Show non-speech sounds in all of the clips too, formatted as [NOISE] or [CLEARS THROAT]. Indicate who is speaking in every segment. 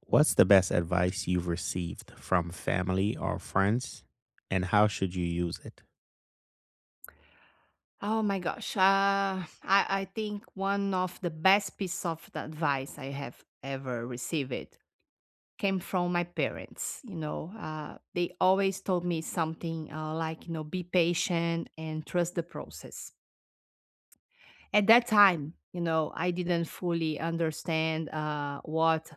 Speaker 1: What's the best advice you've received from family or friends, and how should you use it?
Speaker 2: Oh my gosh. I think one of the best piece of the advice I have ever received came from my parents. They always told me something like be patient and trust the process. At that time, I didn't fully understand what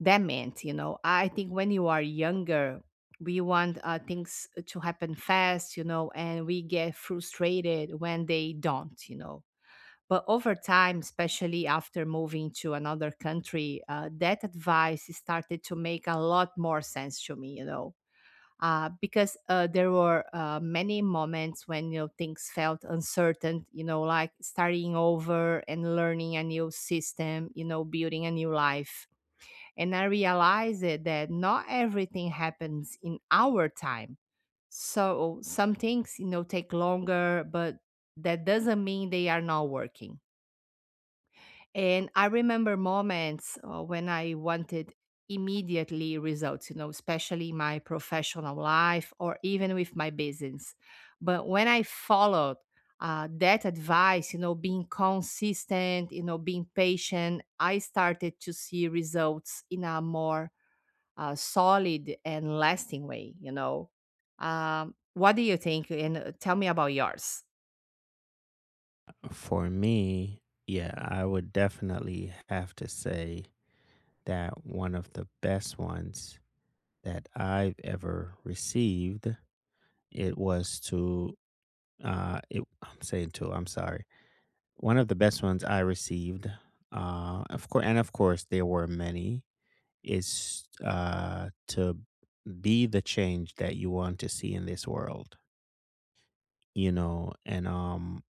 Speaker 2: that meant. You know, I think when you are younger, we want things to happen fast, you know, and we get frustrated when they don't, but over time, especially after moving to another country, that advice started to make a lot more sense to me, you know, because there were many moments when, you know, things felt uncertain, you know, like starting over and learning a new system, you know, building a new life. And I realized it that not everything happens in our time. So some things, you know, take longer, but that doesn't mean they are not working. And I remember moments when I wanted immediately results, you know, especially in my professional life or even with my business. But when I followed that advice, you know, being consistent, you know, being patient, I started to see results in a more solid and lasting way, you know. What do you think? And tell me about yours.
Speaker 1: For me, yeah, I would definitely have to say that one of the best ones that I've ever received it was to it, I'm saying to, I'm sorry. One of the best ones I received, of course, and of course there were many, is to be the change that you want to see in this world, you know. And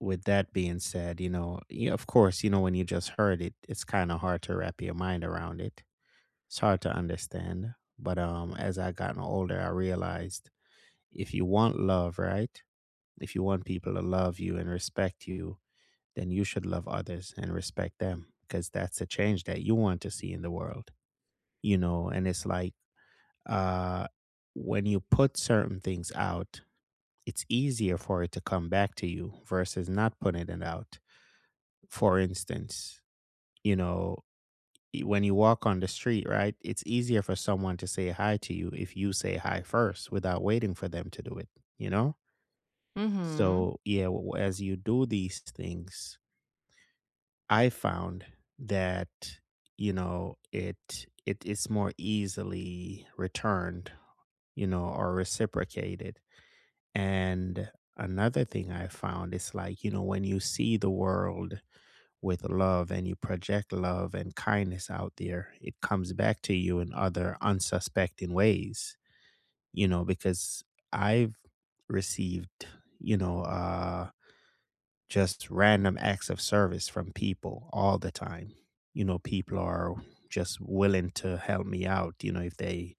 Speaker 1: with that being said, you know, yeah, of course, you know, when you just heard it, it's kind of hard to wrap your mind around it. It's hard to understand, but as I gotten older, I realized if you want love, right, if you want people to love you and respect you, then you should love others and respect them, because that's the change that you want to see in the world, you know. And it's like, uh when you put certain things out, it's easier for it to come back to you versus not putting it out. For instance, you know, when you walk on the street, right? It's easier for someone to say hi to you if you say hi first without waiting for them to do it, you know?
Speaker 2: Mm-hmm.
Speaker 1: So, yeah, as you do these things, I found that, you know, it is more easily returned, you know, or reciprocated. And another thing I found is like, you know, when you see the world with love and you project love and kindness out there, it comes back to you in other unsuspecting ways, you know, because I've received, you know, uh, just random acts of service from people all the time. You know, people are just willing to help me out, you know, if they,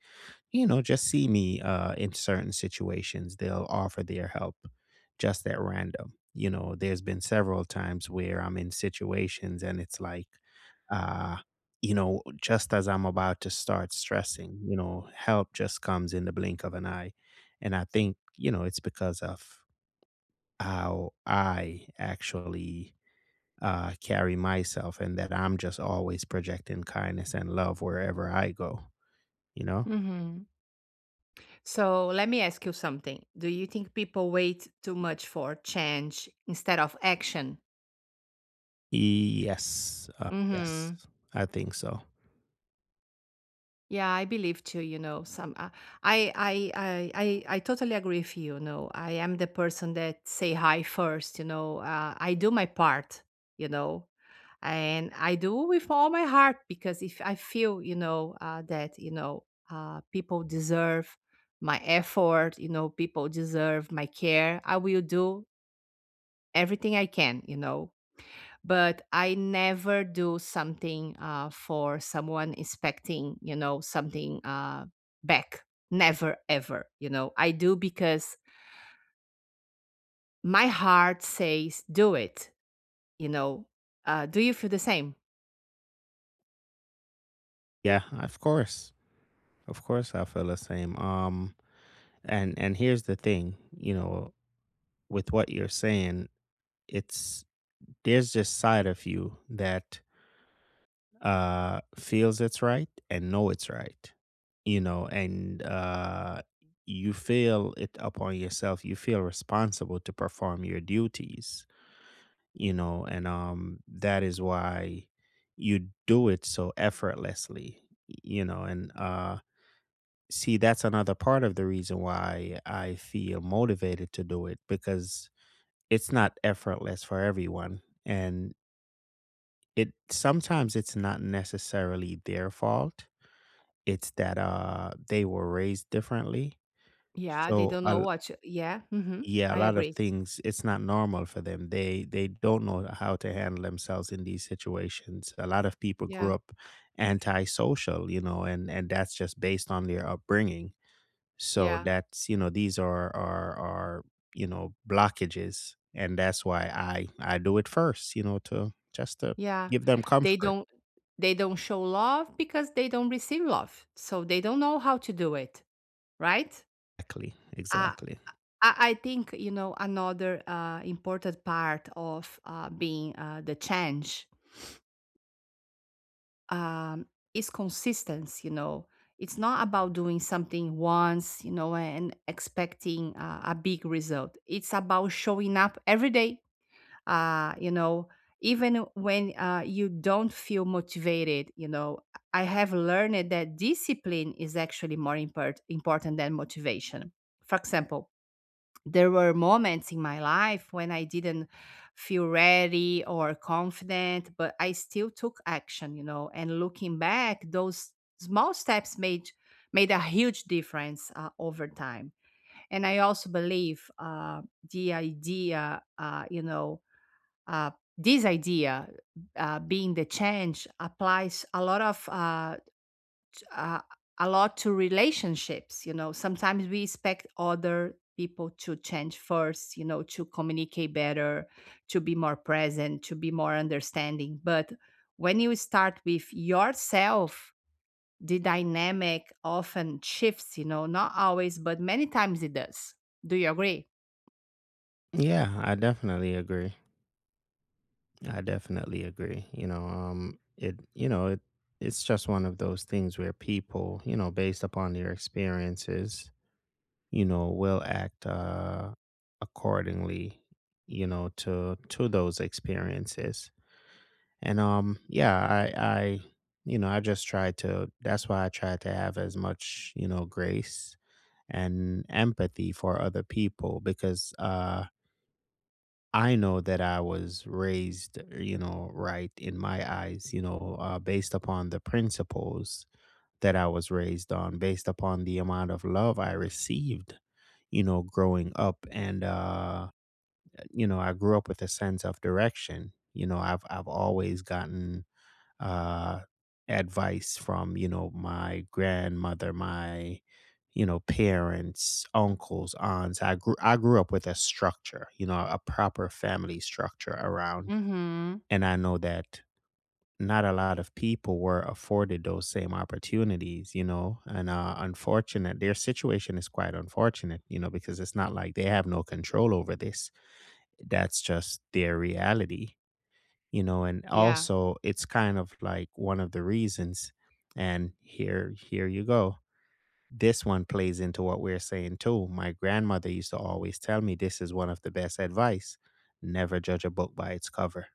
Speaker 1: you know, just see me in certain situations. They'll offer their help just at random. You know, there's been several times where I'm in situations and it's like, uh, you know, just as I'm about to start stressing, you know, help just comes in the blink of an eye. And I think, you know, it's because of how I actually carry myself, and that I'm just always projecting kindness and love wherever I go, you know?
Speaker 2: Mm-hmm. So let me ask you something. Do you think people wait too much for change instead of action?
Speaker 1: Yes, yes,
Speaker 2: Mm-hmm.
Speaker 1: I think so.
Speaker 2: Yeah, I believe too. You know, some I totally agree with you. You know, I am the person that say hi first. You know, I do my part. You know, and I do with all my heart because if I feel, you know, that people deserve my effort. You know, people deserve my care. I will do everything I can, you know. But I never do something for someone expecting, you know, something back. Never, ever, you know. I do because my heart says, do it, you know. Do you feel the same?
Speaker 1: Yeah, of course, I feel the same. And here's the thing, you know, with what you're saying, it's, there's this side of you that feels it's right and know it's right, you know. And you feel it upon yourself. You feel responsible to perform your duties, you know. And that is why you do it so effortlessly, you know. And see, that's another part of the reason why I feel motivated to do it, because it's not effortless for everyone, and it sometimes it's not necessarily their fault. It's that they were raised differently.
Speaker 2: Yeah, they
Speaker 1: so
Speaker 2: don't know
Speaker 1: a
Speaker 2: what. You, yeah, hmm.
Speaker 1: Yeah, a
Speaker 2: I
Speaker 1: lot of
Speaker 2: agree.
Speaker 1: things, it's not normal for them. They don't know how to handle themselves in these situations. A lot of people
Speaker 2: Yeah,
Speaker 1: grew up antisocial, you know, and that's just based on their upbringing. So
Speaker 2: yeah,
Speaker 1: that's, you know, these are are, you know, blockages, and that's why I do it first, you know, to just to
Speaker 2: yeah.
Speaker 1: give them
Speaker 2: They
Speaker 1: comfort.
Speaker 2: don't. They don't show love because they don't receive love, so they don't know how to do it, right?
Speaker 1: Exactly,
Speaker 2: Uh,
Speaker 1: exactly.
Speaker 2: I think you know another important part of being the change um, is consistency. You know, it's not about doing something once, you know, and expecting a big result. It's about showing up every day. You know, even when you don't feel motivated. You know, I have learned that discipline is actually more important than motivation. For example, there were moments in my life when I didn't feel ready or confident, but I still took action, you know. And looking back, those small steps made a huge difference over time. And I also believe the idea, you know, uh, this idea being the change applies uh, a lot to relationships, you know. Sometimes we expect other people to change first, you know, to communicate better, to be more present, to be more understanding, but when you start with yourself, the dynamic often shifts, you know. Not always, but many times it does. Do you agree?
Speaker 1: Yeah, I definitely agree. I definitely agree. You know, it, you know, it it's just one of those things where people, you know, based upon their experiences, you know, will act accordingly, you know, to those experiences. And, yeah, I you know, I just try to. That's why I try to have as much, you know, grace and empathy for other people, because I know that I was raised, you know, right in my eyes, you know, based upon the principles that I was raised on, based upon the amount of love I received, you know, growing up. And you know, I grew up with a sense of direction. You know, I've always gotten uh, advice from, you know, my grandmother, my, you know, parents, uncles, aunts. I grew up with a structure, you know, a proper family structure around,
Speaker 2: Mm-hmm.
Speaker 1: and I know that not a lot of people were afforded those same opportunities, you know, and unfortunate, their situation is quite unfortunate, you know, because it's not like they have no control over this. That's just their reality, you know. And
Speaker 2: Yeah.
Speaker 1: also, it's kind of like one of the reasons, and here, you go. This one plays into what we're saying too. My grandmother used to always tell me, this is one of the best advice. Never judge a book by its cover,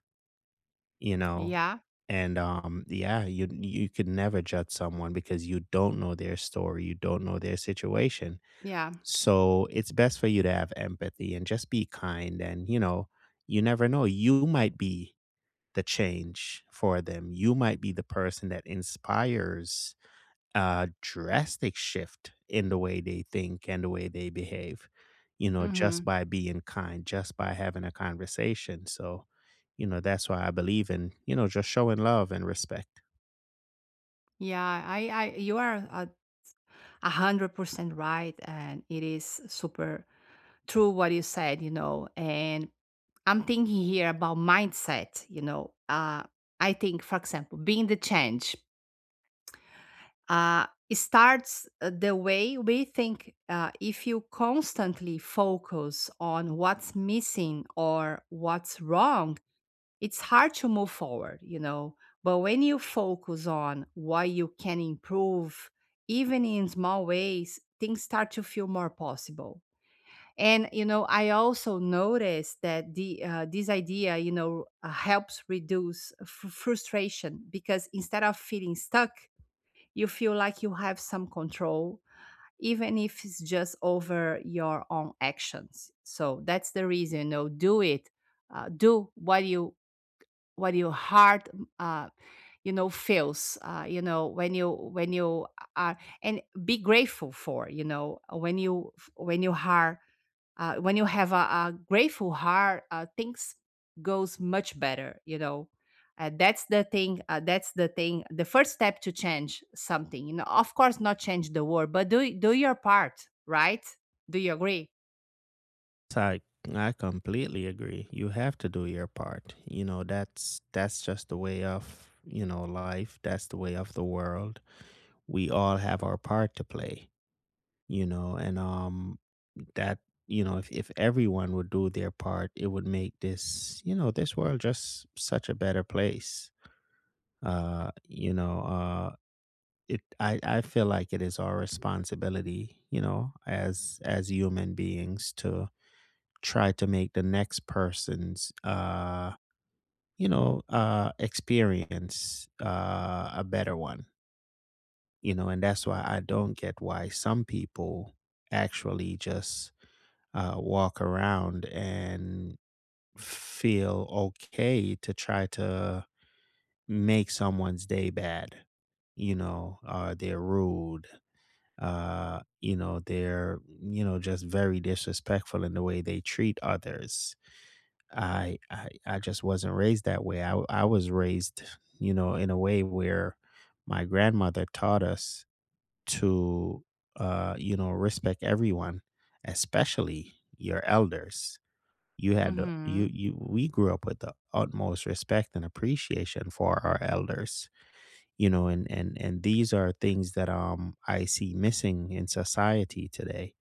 Speaker 1: you know.
Speaker 2: Yeah.
Speaker 1: And yeah, you could never judge someone, because you don't know their story, you don't know their situation.
Speaker 2: Yeah.
Speaker 1: So it's best for you to have empathy and just be kind, and, you know, you never know, you might be the change for them. You might be the person that inspires a drastic shift in the way they think and the way they behave, you know,
Speaker 2: Mm-hmm.
Speaker 1: just by being kind, just by having a conversation. So, you know, that's why I believe in, you know, just showing love and respect.
Speaker 2: Yeah. You are a 100% right and it is super true, what you said, you know, and I'm thinking here about mindset, you know. I think, for example, being the change, it starts the way we think. If you constantly focus on what's missing or what's wrong, it's hard to move forward, you know. But when you focus on what you can improve, even in small ways, things start to feel more possible. And you know, I also noticed that the this idea, you know, helps reduce frustration because instead of feeling stuck, you feel like you have some control, even if it's just over your own actions. So that's the reason, you know, do it, do what you, what your heart, uh, you know, feels. You know, when you are, and be grateful for, you know, when you are when you have a grateful heart, things goes much better. You know, that's the thing. That's the thing. The first step to change something. You know, of course, not change the world, but do your part, right? Do you agree?
Speaker 1: So I, I completely agree. You have to do your part. You know, that's just the way of, you know, life. That's the way of the world. We all have our part to play, you know. And that, you know, if everyone would do their part, it would make this, you know, this world just such a better place. uh you know uh it, I feel like it is our responsibility, you know, as human beings to try to make the next person's experience a better one, you know. And that's why I don't get why some people actually just walk around and feel okay to try to make someone's day bad. You know, they're rude. You know, they're, you know, just very disrespectful in the way they treat others. I just wasn't raised that way. I was raised, you know, in a way where my grandmother taught us to you know, respect everyone, especially your elders. You had the, you
Speaker 2: Mm-hmm.
Speaker 1: you we grew up with the utmost respect and appreciation for our elders, you know, and and these are things that I see missing in society today,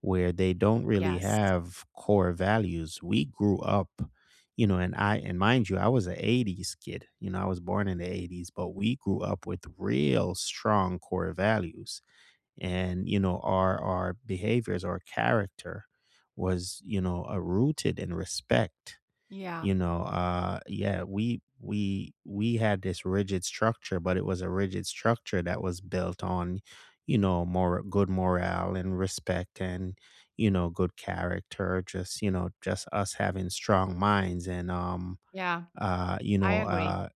Speaker 1: where they don't really
Speaker 2: Yes.
Speaker 1: have core values. We grew up, you know, and I, and mind you, I was an '80s kid, you know, I was born in the '80s, but we grew up with real strong core values, and you know, our behaviors, our character was, you know, rooted in respect,
Speaker 2: Yeah.
Speaker 1: you know. Yeah, we had this rigid structure, but it was a rigid structure that was built on, you know, more good morale and respect and, you know, good character, just, you know, just us having strong minds, and
Speaker 2: Yeah.
Speaker 1: uh, you
Speaker 2: I
Speaker 1: know,
Speaker 2: agree.
Speaker 1: uh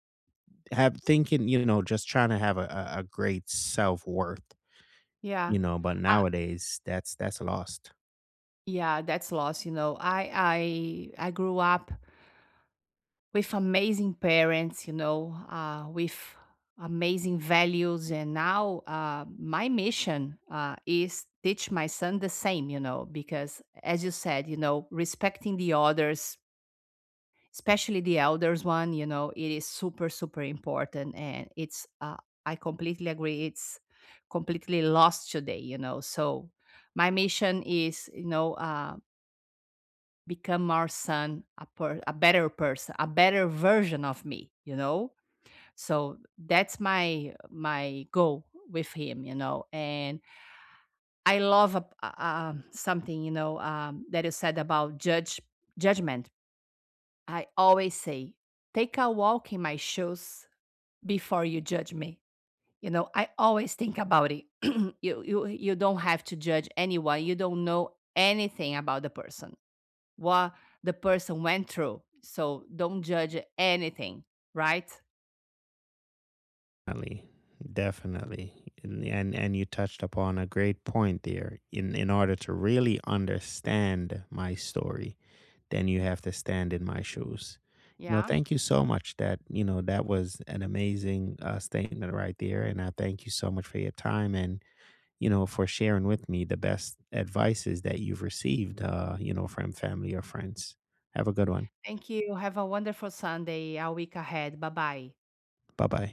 Speaker 1: have thinking, you know, just trying to have a, a great self worth,
Speaker 2: Yeah.
Speaker 1: you know, but
Speaker 2: Uh,
Speaker 1: nowadays that's lost.
Speaker 2: yeah, that's loss. You know, I grew up with amazing parents, you know, with amazing values. And now my mission is teach my son the same, you know, because as you said, you know, respecting the others, especially the elders one, you know, it is super, super important. And it's, I completely agree. It's completely lost today, you know. So my mission is, you know, become our son a better person, a better version of me, you know? So that's my goal with him, you know. And I love something, you know, that you said about judge judgment. I always say, take a walk in my shoes before you judge me. You know, I always think about it. [CLEARS THROAT] You don't have to judge anyone. You don't know anything about the person, what the person went through. So don't judge anything, right?
Speaker 1: Definitely, definitely. And, and you touched upon a great point there. In order to really understand my story, then you have to stand in my shoes. You know,
Speaker 2: Yeah.
Speaker 1: thank you so much, that, you know, that was an amazing statement right there, and I thank you so much for your time, and, you know, for sharing with me the best advices that you've received, you know, from family or friends. Have a good one.
Speaker 2: Thank you. Have a wonderful Sunday, a week ahead. Bye bye.
Speaker 1: Bye-bye.